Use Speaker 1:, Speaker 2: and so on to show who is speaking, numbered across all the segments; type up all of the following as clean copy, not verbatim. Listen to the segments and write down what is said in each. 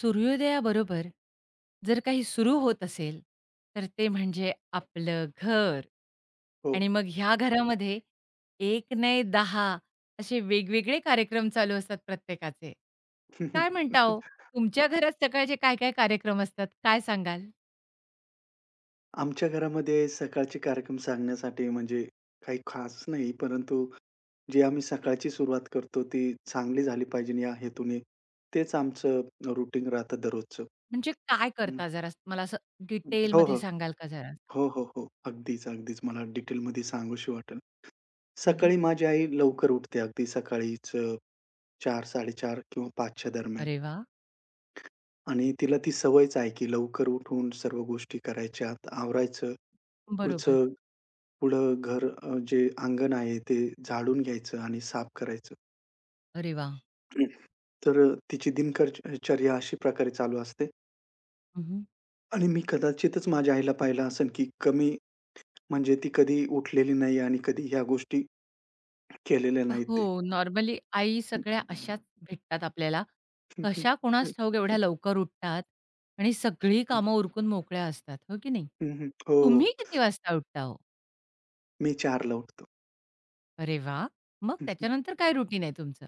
Speaker 1: सूर्योदयाबरोबर जर काही सुरू होत असेल, तर ते म्हणजे आपलं घर.
Speaker 2: हो.
Speaker 1: आणि मग ह्या घरामध्ये 1 नाही 10 असे वेगवेगळे कार्यक्रम चालू असतात प्रत्येकाचे. काय म्हणता ओ, तुमच्या घरात सकाळचे काय-काय कार्यक्रम असतात? काय सांगाल?
Speaker 2: आमच्या घरामध्ये सकाळचे कार्यक्रम सांगण्यासाठी म्हणजे काही खास नाही, परंतु जी आम्ही सकाळची सुरुवात करतो ती चांगली झाली पाहिजे या हेतूने तेच आमचं रुटीन राहतं दररोजचं.
Speaker 1: म्हणजे काय
Speaker 2: हं,
Speaker 1: करता जरा मला असं
Speaker 2: हो, हो.
Speaker 1: डिटेलमध्ये सांगाल का जरा?
Speaker 2: हो, हो, हो. अगदीच मला डिटेलमध्ये सांगूशी वाटेल.
Speaker 1: हं,
Speaker 2: सकाळी माझी आई लवकर उठते अगदी सकाळीच 4:00-4:30 किंवा 5:00च्या दरम्यान.
Speaker 1: अरे वाह!
Speaker 2: आणि तिला ती सवयच आहे, की लवकर उठून सर्व गोष्टी करायच्या, आवरायचं.
Speaker 1: बरोबर.
Speaker 2: पुढचं पुढं घर, जे अंगण आहे ते झाडून घ्यायचं आणि साफ करायचं.
Speaker 1: अरे वाह!
Speaker 2: तर तिची दिनकरचर्या अशा प्रकारे चालू असते आणि मी कदाचितच माझ्या आईला पाहिलं असेल, की कमी म्हणजे ती कधी उठलेली नाही आणि कधी ह्या गोष्टी केलेल्या नाहीत ते.
Speaker 1: हो, नॉर्मली आई सगळ्या अशाच भेटतात आपल्याला. कशा कुणास ठाऊक एवढ्या लवकर उठतात आणि सगळी कामं उरकून मोकळ्या असतात, हो की नाही?
Speaker 2: हं, हं. हो,
Speaker 1: तुम्ही किती वाजता उठता हो?
Speaker 2: मी 4:00 उठतो.
Speaker 1: अरे वा, मग
Speaker 2: हं, हं.
Speaker 1: त्याच्यानंतर काय रुटीन आहे तुमचं?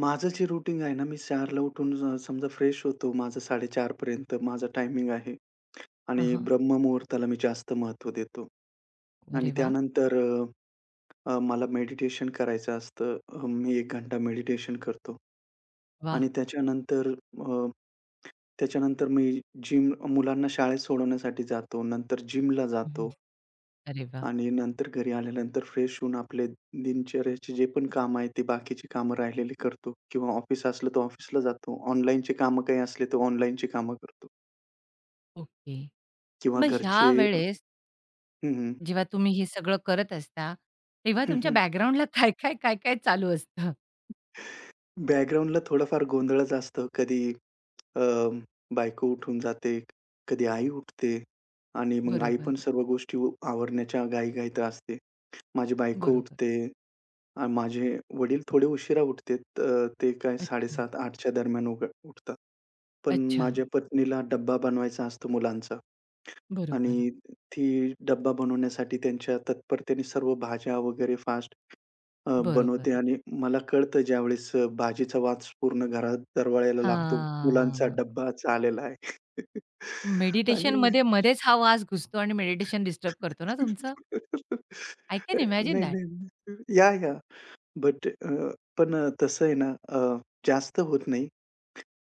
Speaker 2: माझं जे रुटीन आहे ना, मी 4:00 उठून समजा फ्रेश होतो. माझं 4:30 पर्यंत माझं टायमिंग आहे आणि
Speaker 1: हां,
Speaker 2: ब्रह्ममुहूर्ताला मी जास्त महत्त्व देतो. आणि
Speaker 1: अरे वा,
Speaker 2: त्यानंतर मला मेडिटेशन करायचं असतं. मी 1 घंटा मेडिटेशन करतो.
Speaker 1: वा,
Speaker 2: आणि अ, त्याच्यानंतर मी जिम मुलांना शाळेत सोडवण्यासाठी जातो. नंतर जिमला
Speaker 1: हं.
Speaker 2: जातो
Speaker 1: अरे वाह!
Speaker 2: आणि नंतर घरी आल्यानंतर फ्रेश होऊन आपले दिनचर्याचे जे पण कामं आहेत, ते बाकीची कामं राहिलेली करतो किंवा ऑफिस असलं तर ऑफिसला जातो. ऑनलाईनचे कामं काही असले तर ऑनलाईनची कामं करतो
Speaker 1: ओके.
Speaker 2: किंवा
Speaker 1: मग ह्या
Speaker 2: घरचे.
Speaker 1: वेळेस
Speaker 2: हं,
Speaker 1: जेव्हा तुम्ही हे सगळं करत असता, तेव्हा तुमच्या
Speaker 2: हं.
Speaker 1: बॅकग्राऊंडला काय, काय, काय, काय चालू असतं?
Speaker 2: बॅकग्राऊंडला थोडाफार गोंधळच असतं. कधी अ, बायको उठून जाते, कधी आई उठते आणि मग आई पण
Speaker 1: बरोबर,
Speaker 2: सर्व गोष्टी उ आवरण्याच्या घाईघाईत असते. माझी बायको
Speaker 1: बरोबर.
Speaker 2: उठते आणि माझे वडील थोडे उशिरा उठतेत. ते काय
Speaker 1: अच्छा,
Speaker 2: 7:30-8:00च्या दरम्यान उघ उठतात. पण
Speaker 1: अच्छा.
Speaker 2: माझ्या पत्नीला डब्बा बनवायचा असतो मुलांचा
Speaker 1: बरोबर,
Speaker 2: आणि ती डब्बा बनवण्यासाठी त्यांच्या तत्परतेने सर्व भाज्या वगैरे फास्ट
Speaker 1: बरोबर.
Speaker 2: बनवते. आणि मला कळतं ज्यावेळेस भाजीचा वास पूर्ण घरात दरवळायला लागतो. मुलांचा
Speaker 1: हां.
Speaker 2: डब्बा आलेला आहे. आणि
Speaker 1: मेडिटेशनमध्ये मध्येच हा वास घुसतो आणि मेडिटेशन डिस्टर्ब करतो ना तुमचं? आय कॅन इमॅजिन
Speaker 2: नाही,
Speaker 1: दॅट.
Speaker 2: नाही, नाही. या, या. बट अ, पण तसं आहे ना, जास्त होत नाही.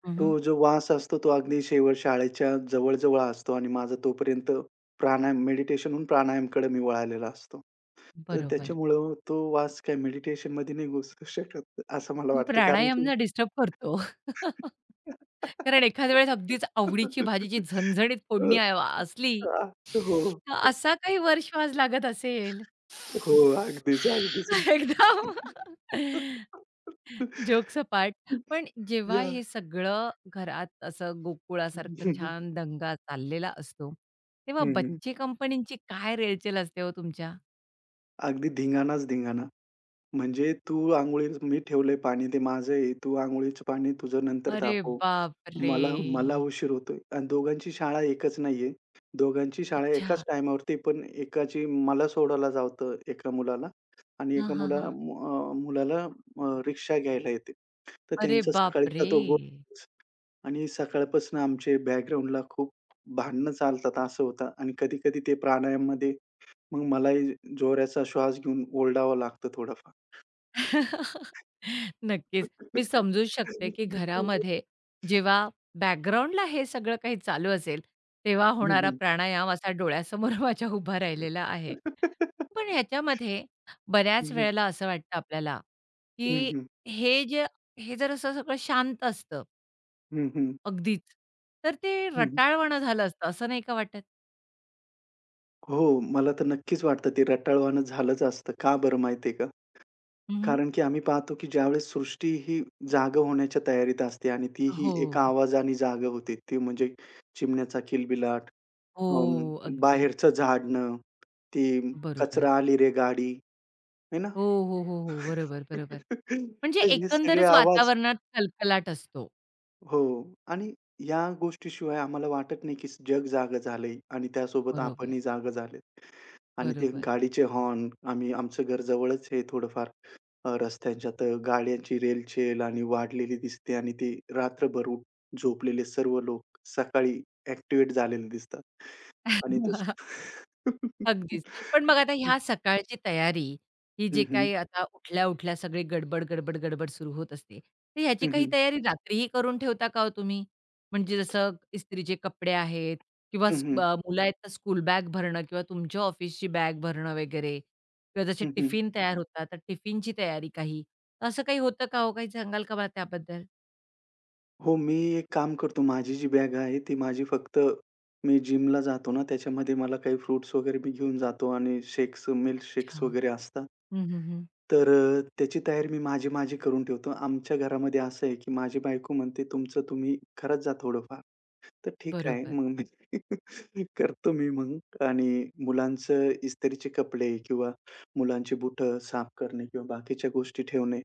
Speaker 1: हं, हं.
Speaker 2: तो जो वास असतो तो अगदी शेवट शाळेच्या जवळ-जवळ असतो आणि माझा तोपर्यंत प्राणायाम मेडिटेशनहून प्राणायामकडे मी वळालेला असतो. तर
Speaker 1: बरोबर.
Speaker 2: त्याच्यामुळं तो वास काय मेडिटेशनमध्ये नाही घुसू शकत असं मला
Speaker 1: पण
Speaker 2: वाटतं. कारण
Speaker 1: प्राणायाम
Speaker 2: की
Speaker 1: ना डिस्टर्ब करतो. कारण एखाद्या वेळेस अगदीच आवडीची भाजीची झणझणीत
Speaker 2: अ,
Speaker 1: फोडणी असली,
Speaker 2: आ, हो.
Speaker 1: तर असा काही वर्षवास लागत असेल.
Speaker 2: हो, अगदीच.
Speaker 1: एकदम जोक्स अपार्ट. पण जेव्हा
Speaker 2: यार.
Speaker 1: हे सगळं घरात असं
Speaker 2: हं,
Speaker 1: गोकुळासारखं
Speaker 2: हं.
Speaker 1: छान दंगा चाललेला असतो, तेव्हा
Speaker 2: हं, हं.
Speaker 1: बच्चे कंपनीची काय रेलचेल असते हो तुमच्या?
Speaker 2: अगदी धिंगाणाच धिंगाणा. म्हणजे तू अंघोळीस मी ठेवलंय पाणी ते माझं आहे. तू अंघोळीचं पाणी तुझं नंतर
Speaker 1: अरे
Speaker 2: तापव.
Speaker 1: बाप रे,
Speaker 2: मला मला उशीर होतोय आणि दोघांची शाळा एकच नाहीये. दोघांची शाळा
Speaker 1: अच्छा.
Speaker 2: एकाच टाईमावरती पण एकाची मला सोडायला जातं एका मुलाला. आणि
Speaker 1: हां, हां, हां.
Speaker 2: मुलाला रिक्षा घ्यायला येते. तर
Speaker 1: अरे
Speaker 2: त्यांचा
Speaker 1: बाप
Speaker 2: सकाळीचा
Speaker 1: रे,
Speaker 2: तो गोल. आणि सकाळपासून आमचे बॅकग्राऊंडला खूप भांडणं चालतात असं होतं आणि कधी-कधी ते प्राणायाममध्ये मग मलाही जोराचा श्वास घेऊन ओरडावं लागतं थोडंफार.
Speaker 1: नक्कीच. मी समजू
Speaker 2: हं,
Speaker 1: शकते, की
Speaker 2: हं.
Speaker 1: घरामध्ये जेव्हा बॅकग्राऊंडला हे सगळं काही चालू असेल, तेव्हा
Speaker 2: हं,
Speaker 1: होणारा
Speaker 2: हं.
Speaker 1: प्राणायाम असा डोळ्यासमोर माझ्या उभा राहिलेला आहे. पण ह्याच्यामध्ये
Speaker 2: हं,
Speaker 1: बऱ्याच
Speaker 2: हं.
Speaker 1: वेळेला असं वाटतं आपल्याला, की
Speaker 2: हं,
Speaker 1: हे जे हे जर असं सगळं शांत असतं
Speaker 2: हं.
Speaker 1: अगदीच, तर ते
Speaker 2: हं,
Speaker 1: रटाळवाणं झालं असतं, असं नाही का वाटत?
Speaker 2: हो, मला तर नक्कीच वाटतं ते रटाळवाणं झालंच असतं. का बरं माहिती का?
Speaker 1: हं,
Speaker 2: कारण की आम्ही पाहतो की ज्यावेळेस सृष्टी ही जागं होण्याच्या तयारीत असते आणि तीही
Speaker 1: हो.
Speaker 2: एका आवाजाने जागं होते. ती म्हणजे चिमण्याचा किलबिलाट,
Speaker 1: हो, अगदी.
Speaker 2: बाहेरचं झाडणं, ती
Speaker 1: बरोबर.
Speaker 2: कचरा आली रे गाडी, है ना?
Speaker 1: हो, हो, हो, हो. बरोबर, बरोबर. म्हणजे
Speaker 2: तर हे सगळे
Speaker 1: एकंदरच
Speaker 2: आवाज.
Speaker 1: वातावरणात कलकलाट असतो.
Speaker 2: हो. आणि या गोष्टीशिवाय आम्हाला वाटत नाही, की जग जागं झालंय आणि त्यासोबत
Speaker 1: बरोबर,
Speaker 2: आपणही जागं झालेत. आणि ते
Speaker 1: बरोबर.
Speaker 2: गाडीचे हॉर्न आम्ही आमचं घर जवळच आहे थोडंफार. रस्त्यांच्या तर गाड्यांची रेलचेल आणि वाढलेली दिसते आणि ते रात्रभर उठ झोपलेले सर्व लोक सकाळी ॲक्टिव्हेट झालेले दिसतात. आणि तसं
Speaker 1: अगदीच. पण बघा आता ह्या सकाळची तयारी, ही
Speaker 2: हं,
Speaker 1: जी
Speaker 2: हं,
Speaker 1: काही आता उठल्या-उठल्या सगळी गडबड, गडबड, गडबड सुरू होत असते. तर ह्याची
Speaker 2: हं,
Speaker 1: काही
Speaker 2: हं,
Speaker 1: तयारी रात्रीही करून ठेवता का हो तुम्ही? म्हणजे जसं इस्त्रीचे कपडे आहेत किंवा
Speaker 2: हं, हं.
Speaker 1: मुलं आहेत तर स्कूल बॅग भरणं किंवा तुमच्या ऑफिसची बॅग भरणं वगैरे किंवा जसे टिफिन तयार होतात, तर टिफिनची तयारी काही. असं काही होतं का हो? काही सांगाल का मला त्याबद्दल?
Speaker 2: हो, मी एक काम करतो. माझी जी बॅग आहे, ती माझी फक्त मी जिमला जातो ना, त्याच्यामध्ये मला काही फ्रुट्स वगैरे मी घेऊन जातो आणि शेक्स, मिल्क
Speaker 1: अच्छा.
Speaker 2: शेक्स
Speaker 1: हं,
Speaker 2: वगैरे असतात.
Speaker 1: हं, हं.
Speaker 2: तर त्याची तयारी मी माझी-माझी करून ठेवतो. आमच्या घरामध्ये असं आहे, की माझी बायको म्हणते, "तुमचं तुम्ही करत जा थोडंफार." तर ठीक आहे,
Speaker 1: बरोबर,
Speaker 2: मग मी करतो मी मग. आणि मुलांचं इस्त्रीचे कपडे किंवा मुलांची बुटं साफ करणे किंवा बाकीच्या गोष्टी ठेवणे,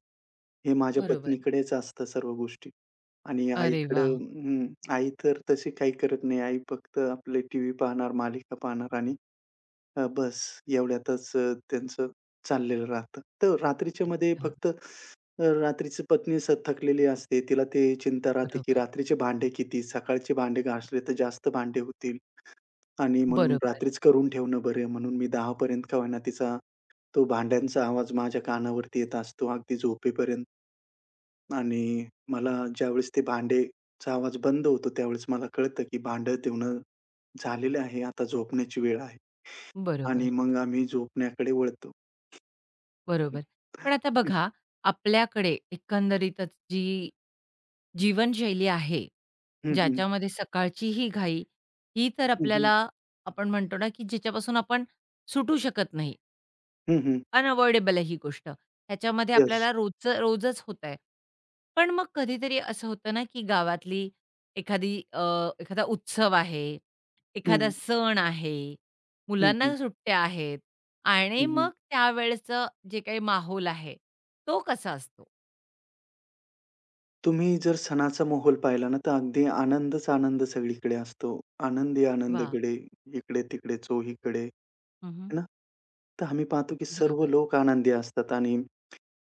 Speaker 2: हे माझ्या
Speaker 1: बरोबर.
Speaker 2: पत्नीकडेच असतं सर्व गोष्टी. आणि
Speaker 1: अरे
Speaker 2: आईकडं
Speaker 1: वाह!
Speaker 2: हं, आई तर तशी काही करत नाही. आई फक्त आपले टीव्ही पाहणार, मालिका पाहणार आणि बस एवढ्यातच त्यांचं चाललेलं राहतं. तर रात्रीच्यामध्ये
Speaker 1: अच्छा.
Speaker 2: फक्त रात्रीची पत्नी स थकलेली असते. तिला ते चिंता राहते, की
Speaker 1: बरोबर,
Speaker 2: रात्रीचे भांडे किती? सकाळचे भांडे घासले तर जास्त भांडे होतील आणि म्हणून
Speaker 1: बरोबर,
Speaker 2: रात्रीच करून ठेवणं बरे म्हणून मी 10 पर्यंत का होईना तिचा तो भांड्यांचा आवाज माझ्या कानावरती येत असतो अगदी झोपेपर्यंत. आणि मला ज्यावेळेस ते भांडेचा आवाज बंद होतो, त्यावेळेस मला कळतं, की भांडं धुणं झालेलं आहे. आता झोपण्याची वेळ आहे
Speaker 1: बरोबर,
Speaker 2: आणि मग आम्ही झोपण्याकडे वळतो.
Speaker 1: बरोबर. पण आता बघा, आपल्याकडे एकंदरीतच जी जीवनशैली आहे,
Speaker 2: हं, हं.
Speaker 1: ज्याच्यामध्ये सकाळची ही घाई, ही तर
Speaker 2: हं, हं.
Speaker 1: आपल्याला आपण म्हणतो ना, की ज्याच्यापासून आपण सुटू शकत नाही.
Speaker 2: हं, हं.
Speaker 1: अनअव्हॉइडेबल आहे ही गोष्ट. ह्याच्यामध्ये
Speaker 2: येस.
Speaker 1: आपल्याला रोजचं रोजच होतंय. पण मग कधीतरी असं होतं ना, की गावातली एखादी अ, एखादा उत्सव आहे, एखादा
Speaker 2: हं.
Speaker 1: सण आहे,
Speaker 2: हं, हं.
Speaker 1: मुलांना सुट्ट्या आहेत आणि
Speaker 2: हं, हं.
Speaker 1: मग त्यावेळचं जे काही माहोल आहे, तो कसा असतो?
Speaker 2: तुम्ही जर सणाचा माहोल पाहिला ना, तर अगदी आनंदच आनंद सगळीकडे असतो. आनंदी आनंद
Speaker 1: वाह!
Speaker 2: इकडे, इकडे-तिकडे, चोहीकडे,
Speaker 1: हं,
Speaker 2: है ना? तर आम्ही पाहतो, की सर्व
Speaker 1: बरोबर,
Speaker 2: लोक आनंदी असतात आणि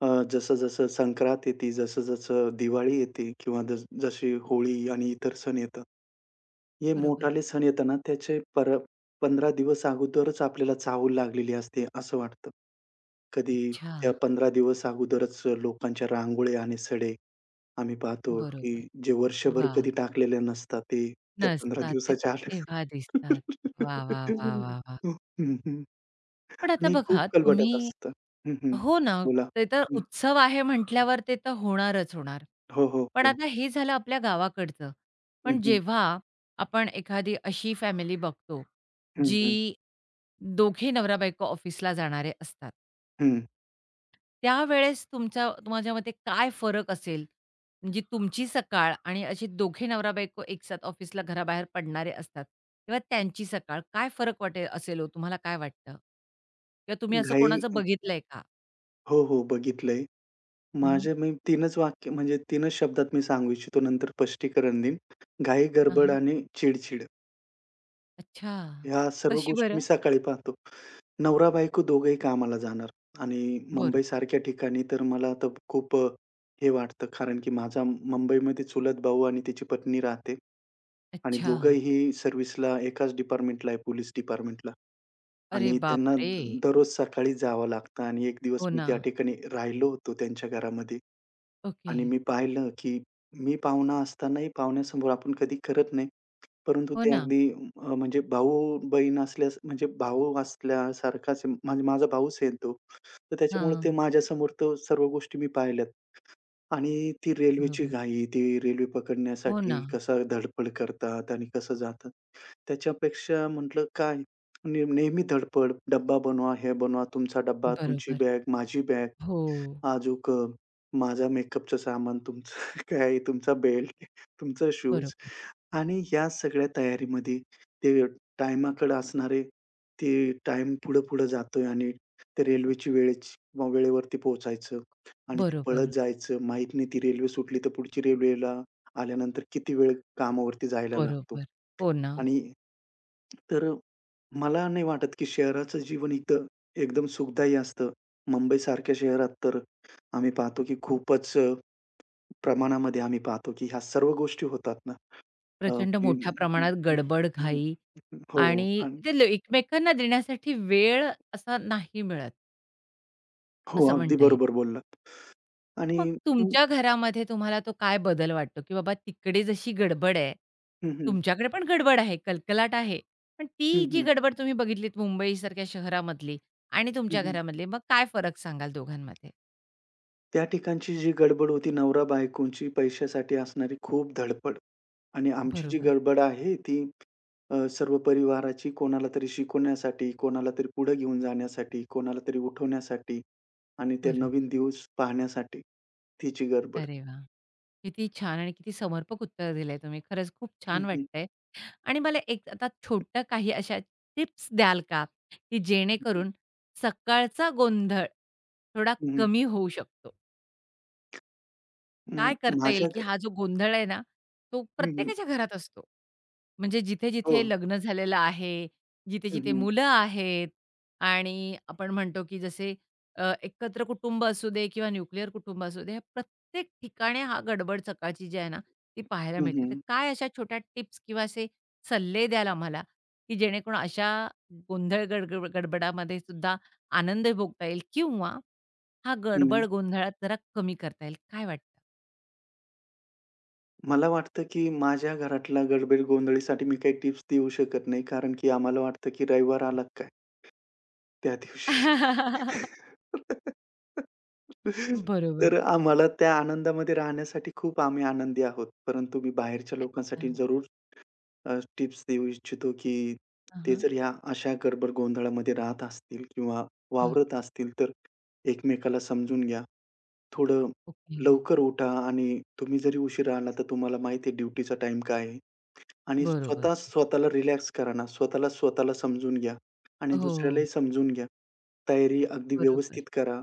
Speaker 2: अ, जसं-जसं संक्रांत येते, जसं-जसं दिवाळी येते किंवा जस जशी होळी आणि इतर सण येतात. हे
Speaker 1: बरोबर.
Speaker 2: मोठाले सण येताना त्याचे पर 15 दिवस अगोदरच आपल्याला चाहूल लागलेली असते असं वाटतं. कधी त्या
Speaker 1: अच्छा.
Speaker 2: 15 दिवस अगोदरच लोकांच्या रांगोळ्या आणि सडे आम्ही पाहतो,
Speaker 1: बरोबर.
Speaker 2: की जे वर्षभर
Speaker 1: वाह!
Speaker 2: कधी टाकलेले नसतात ते त्या 15
Speaker 1: नसतात ते
Speaker 2: दिवसाच्या
Speaker 1: तेव्हा
Speaker 2: आत
Speaker 1: दिसतात. वाह, वाह, वाह, वाह, वाह!
Speaker 2: हं, हं,
Speaker 1: पण आता
Speaker 2: आणि खूप
Speaker 1: बघा
Speaker 2: खलबटत
Speaker 1: तुम्ही
Speaker 2: असतं. हं, हं.
Speaker 1: हो ना,
Speaker 2: बोला.
Speaker 1: ते तर
Speaker 2: हं.
Speaker 1: उत्सव आहे म्हटल्यावर ते तर होणारच होणार.
Speaker 2: हो, हो,
Speaker 1: पण
Speaker 2: हो.
Speaker 1: आता हे झालं आपल्या गावाकडचं.
Speaker 2: हं,
Speaker 1: पण
Speaker 2: हं.
Speaker 1: जेव्हा आपण एखादी अशी फॅमिली बघतो,
Speaker 2: हं, हं,
Speaker 1: जी दोघे नवरा-बायको ऑफिसला जाणारे असतात.
Speaker 2: हं.
Speaker 1: त्यावेळेस तुमच्या तुमच्या मते काय फरक असेल? म्हणजे तुमची सकाळ आणि असे दोघे नवरा-बायको एकसाथ ऑफिसला घराबाहेर पडणारे असतात, तेव्हा त्यांची सकाळ काय फरक वाटेल असेल हो? तुम्हाला काय वाटतं? किंवा तुम्ही असं
Speaker 2: घाई.
Speaker 1: कोणाचं बघितलंय का?
Speaker 2: हो, हो. बघितलंय.
Speaker 1: हं,
Speaker 2: माझे मी 3च वाक्य म्हणजे 3च शब्दात मी सांगू इच्छितो. नंतर स्पष्टीकरण देईन. घाई, गडबड आणि चिड-चिड
Speaker 1: अच्छा.
Speaker 2: ह्या सर्व
Speaker 1: कशी
Speaker 2: गोष्टी मी
Speaker 1: बरं?
Speaker 2: सकाळी पाहतो. नवरा-बायको दोघंही कामाला जाणार आणि
Speaker 1: बरोबर.
Speaker 2: मुंबईसारख्या ठिकाणी तर मला तर खूप हे वाटतं कारण की माझा मुंबईमध्ये चुलत भाऊ आणि त्याची पत्नी राहते. आणि
Speaker 1: अच्छा.
Speaker 2: दोघंही सर्व्हिसला एकाच डिपार्टमेंटला आहे, पोलीस डिपार्टमेंटला.
Speaker 1: अरे
Speaker 2: आणि त्यांना
Speaker 1: बापरे!
Speaker 2: दररोज सकाळी जावं लागतं आणि एक दिवस
Speaker 1: हो
Speaker 2: मी
Speaker 1: ना.
Speaker 2: त्या ठिकाणी राहिलो होतो त्यांच्या घरामध्ये.
Speaker 1: ओके.
Speaker 2: आणि मी पाहिलं, की मी पाहुणा असतानाही पाहुण्यासमोर आपण कधी करत नाही. परंतु
Speaker 1: हो
Speaker 2: ते
Speaker 1: ना.
Speaker 2: अगदी म्हणजे भाऊ-बहीण असल्यास म्हणजे भाऊ असल्यासारखाच आहे. म्हणजे माझा भाऊच आहे तो. तर त्याच्यामुळे ते
Speaker 1: हां.
Speaker 2: माझ्यासमोर तर सर्व गोष्टी मी पाहिल्यात. आणि ती रेल्वेची
Speaker 1: बरोबर.
Speaker 2: घाई, ती रेल्वे
Speaker 1: हो ना.
Speaker 2: पकडण्यासाठी कसा धडपड करतात आणि कसं जातात. त्याच्यापेक्षा म्हटलं काय, नेहमी धडपड, डब्बा बनवा, हे बनवा, तुमचा डब्बा, तुमची
Speaker 1: बरोबर.
Speaker 2: बॅग, माझी बॅग.
Speaker 1: हो.
Speaker 2: अजूक अ, माझा मेकअपचं सामान, तुमचं काय, तुमचा बेल्ट, तुमचा शूज.
Speaker 1: बरोबर.
Speaker 2: आणि या सगळ्या तयारीमध्ये ते टाईमाकडे असणारे ते टाईम पुढं-पुढं जातोय आणि त्या रेल्वेची वेळेची किंवा वेळेवरती पोहोचायचं आणि ते पळत
Speaker 1: बरोबर.
Speaker 2: जायचं. माहीत नाही ती रेल्वे सुटली तर पुढची रेल्वेला आल्यानंतर किती वेळ कामावरती जायला लागतो.
Speaker 1: बरोबर. हो ना.
Speaker 2: आणि तर मला नाही वाटत, की शहराचं जीवन इथं एकदम सुखदायी असतं. मुंबईसारख्या शहरात तर आम्ही पाहतो, की खूपच प्रमाणामध्ये आम्ही पाहतो, की ह्या सर्व गोष्टी होतात ना,
Speaker 1: प्रचंड
Speaker 2: की
Speaker 1: मोठ्या प्रमाणात गडबड, घाई
Speaker 2: हो.
Speaker 1: आणि
Speaker 2: आणि
Speaker 1: ते ल एकमेकांना देण्यासाठी वेळ असा नाही मिळत,
Speaker 2: हो,
Speaker 1: असं
Speaker 2: अगदी
Speaker 1: म्हणता
Speaker 2: बरोबर बोललात. आणि
Speaker 1: मग
Speaker 2: हं,
Speaker 1: तुमच्या घरामध्ये तुम्हाला तो काय बदल वाटतो, की बाबा तिकडे जशी गडबड आहे,
Speaker 2: हं, हं,
Speaker 1: तुमच्याकडे पण गडबड आहे, कलकलाट आहे. पण
Speaker 2: हं,
Speaker 1: ती जी
Speaker 2: हं.
Speaker 1: गडबड तुम्ही बघितलीत मुंबईसारख्या शहरामधली आणि तुमच्या घरामधली, मग काय फरक सांगाल दोघांमध्ये?
Speaker 2: त्या ठिकाणची जी गडबड होती नवरा-बायकोंची पैशासाठी असणारी खूप धडपड आणि आमची जी
Speaker 1: बरोबर,
Speaker 2: गडबड आहे ती सर्व परिवाराची कोणाला तरी शिकवण्यासाठी, कोणाला तरी पुढे घेऊन जाण्यासाठी, कोणाला तरी उठवण्यासाठी आणि ते
Speaker 1: बरोबर.
Speaker 2: नवीन दिवस पाहण्यासाठी तिची गडबड.
Speaker 1: अरे वाह! किती छान आणि किती समर्पक उत्तर दिलंय तुम्ही. खरंच खूप
Speaker 2: हं,
Speaker 1: छान
Speaker 2: हं,
Speaker 1: वाटतंय आणि मला एक आता छोट्या काही अशा टिप्स द्याल का, की
Speaker 2: हं,
Speaker 1: जेणेकरून सकाळचा गोंधळ थोडा
Speaker 2: हं,
Speaker 1: कमी होऊ शकतो?
Speaker 2: हं.
Speaker 1: काय करता
Speaker 2: माझ्या
Speaker 1: येईल, की
Speaker 2: घ
Speaker 1: हा जो गोंधळ आहे ना, तो
Speaker 2: हं, हं.
Speaker 1: प्रत्येकाच्या घरात असतो. म्हणजे
Speaker 2: हो.
Speaker 1: जिथे-जिथे लग्न झालेलं आहे,
Speaker 2: हं,
Speaker 1: जिथे-जिथे
Speaker 2: हं.
Speaker 1: मुलं आहेत आणि आपण म्हणतो, की जसे एकत्र कुटुंब असू दे किंवा न्यूक्लिअर कुटुंब असू दे, ह्या प्रत्येक ठिकाणी हा गडबड सकाळची जी आहे ना, ती पाहायला
Speaker 2: हं,
Speaker 1: मिळते. तर
Speaker 2: हं.
Speaker 1: काय अशा छोट्या टिप्स किंवा असे सल्ले द्याल आम्हाला, की जेणेकरून अशा गोंधळ गडगड गडबडामध्ये सुद्धा आनंद भोगता येईल किंवा हा
Speaker 2: हं.
Speaker 1: गडबड गोंधळात जरा कमी करता येईल, काय वाटतं?
Speaker 2: मला वाटतं की माझ्या घरातल्या गडबड गोंधळीसाठी मी काही टिप्स देऊ शकत नाही कारण की आम्हाला वाटतं की रविवार आला काय? त्या दिवशी. तर
Speaker 1: बरोबर.
Speaker 2: आम्हाला त्या आनंदामध्ये राहण्यासाठी खूप आम्ही आनंदी आहोत. परंतु मी बाहेरच्या
Speaker 1: अच्छा.
Speaker 2: लोकांसाठी जरूर टिप्स देऊ इच्छितो, की ते
Speaker 1: हां,
Speaker 2: जर ह्या अशा गडबड गोंधळामध्ये राहत असतील किंवा वावरत
Speaker 1: बरोबर.
Speaker 2: असतील, तर एकमेकाला समजून घ्या. थोडं
Speaker 1: ओके.
Speaker 2: लवकर उठा आणि तुम्ही जरी उशिरा आला, तर तुम्हाला माहिती आहे ड्युटीचा टाईम काय आहे. आणि
Speaker 1: बरोबर.
Speaker 2: स्वतः स्वतःला रिलॅक्स करा ना. स्वतःला स्वतःला समजून घ्या आणि
Speaker 1: हो.
Speaker 2: दुसऱ्यालाही समजून घ्या. तयारी अगदी
Speaker 1: बरोबर,
Speaker 2: व्यवस्थित करा.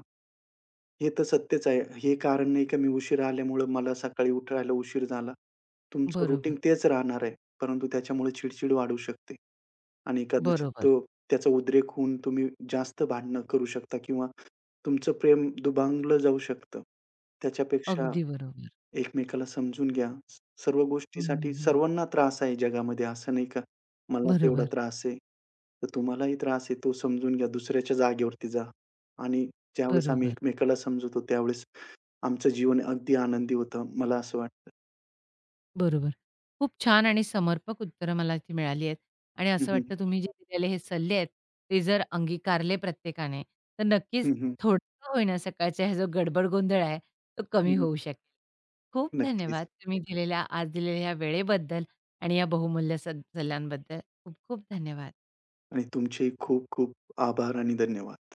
Speaker 2: हे तर सत्यच आहे. हे कारण नाही का मी उशिरा आल्यामुळं मला सकाळी उठायला उशीर झाला. तुमचं रुटीन
Speaker 1: बरोबर,
Speaker 2: तेच राहणार आहे. परंतु त्याच्यामुळे चिड-चिड वाढू शकते आणि कदाचित
Speaker 1: बरोबर.
Speaker 2: तो त्याचा उद्रेक होऊन तुम्ही जास्त भांडणं करू शकता किंवा तुमचं प्रेम दुभांगलं जाऊ शकतं. त्याच्यापेक्षा
Speaker 1: अगदी बरोबर.
Speaker 2: एकमेकाला समजून घ्या. सर्व
Speaker 1: हं,
Speaker 2: गोष्टीसाठी
Speaker 1: हं,
Speaker 2: सर्वांना त्रास आहे जगामध्ये. असं नाही का मलाच एवढा
Speaker 1: बरोबर,
Speaker 2: त्रास आहे, तर तुम्हालाही त्रास आहे तो समजून घ्या. दुसऱ्याच्या जागेवरती जा आणि ज्यावेळेस आम्ही
Speaker 1: बरोबर,
Speaker 2: एकमेकाला समजवतो त्यावेळेस आमचं जीवन अगदी आनंदी होतं, मला असं वाटतं.
Speaker 1: बरोबर. खूप छान आणि समर्पक उत्तरं मला ती मिळाली आहेत आणि
Speaker 2: हं,
Speaker 1: असं
Speaker 2: हं.
Speaker 1: वाटतं तुम्ही जे दिलेले हे सल्ले आहेत, ते जर अंगीकारले प्रत्येकाने, तर नक्कीच
Speaker 2: हं, हं.
Speaker 1: थोडं का होईना सकाळचा हा जो गडबड गोंधळ आहे, तो कमी होऊ शकेल. खूप
Speaker 2: नक्कीच.
Speaker 1: धन्यवाद तुम्ही दिलेल्या आज दिलेल्या या वेळेबद्दल आणि या बहुमूल्य सल्ल्यांबद्दल खूप खूप धन्यवाद.
Speaker 2: आणि तुमचेही खूप खूप आभार आणि धन्यवाद.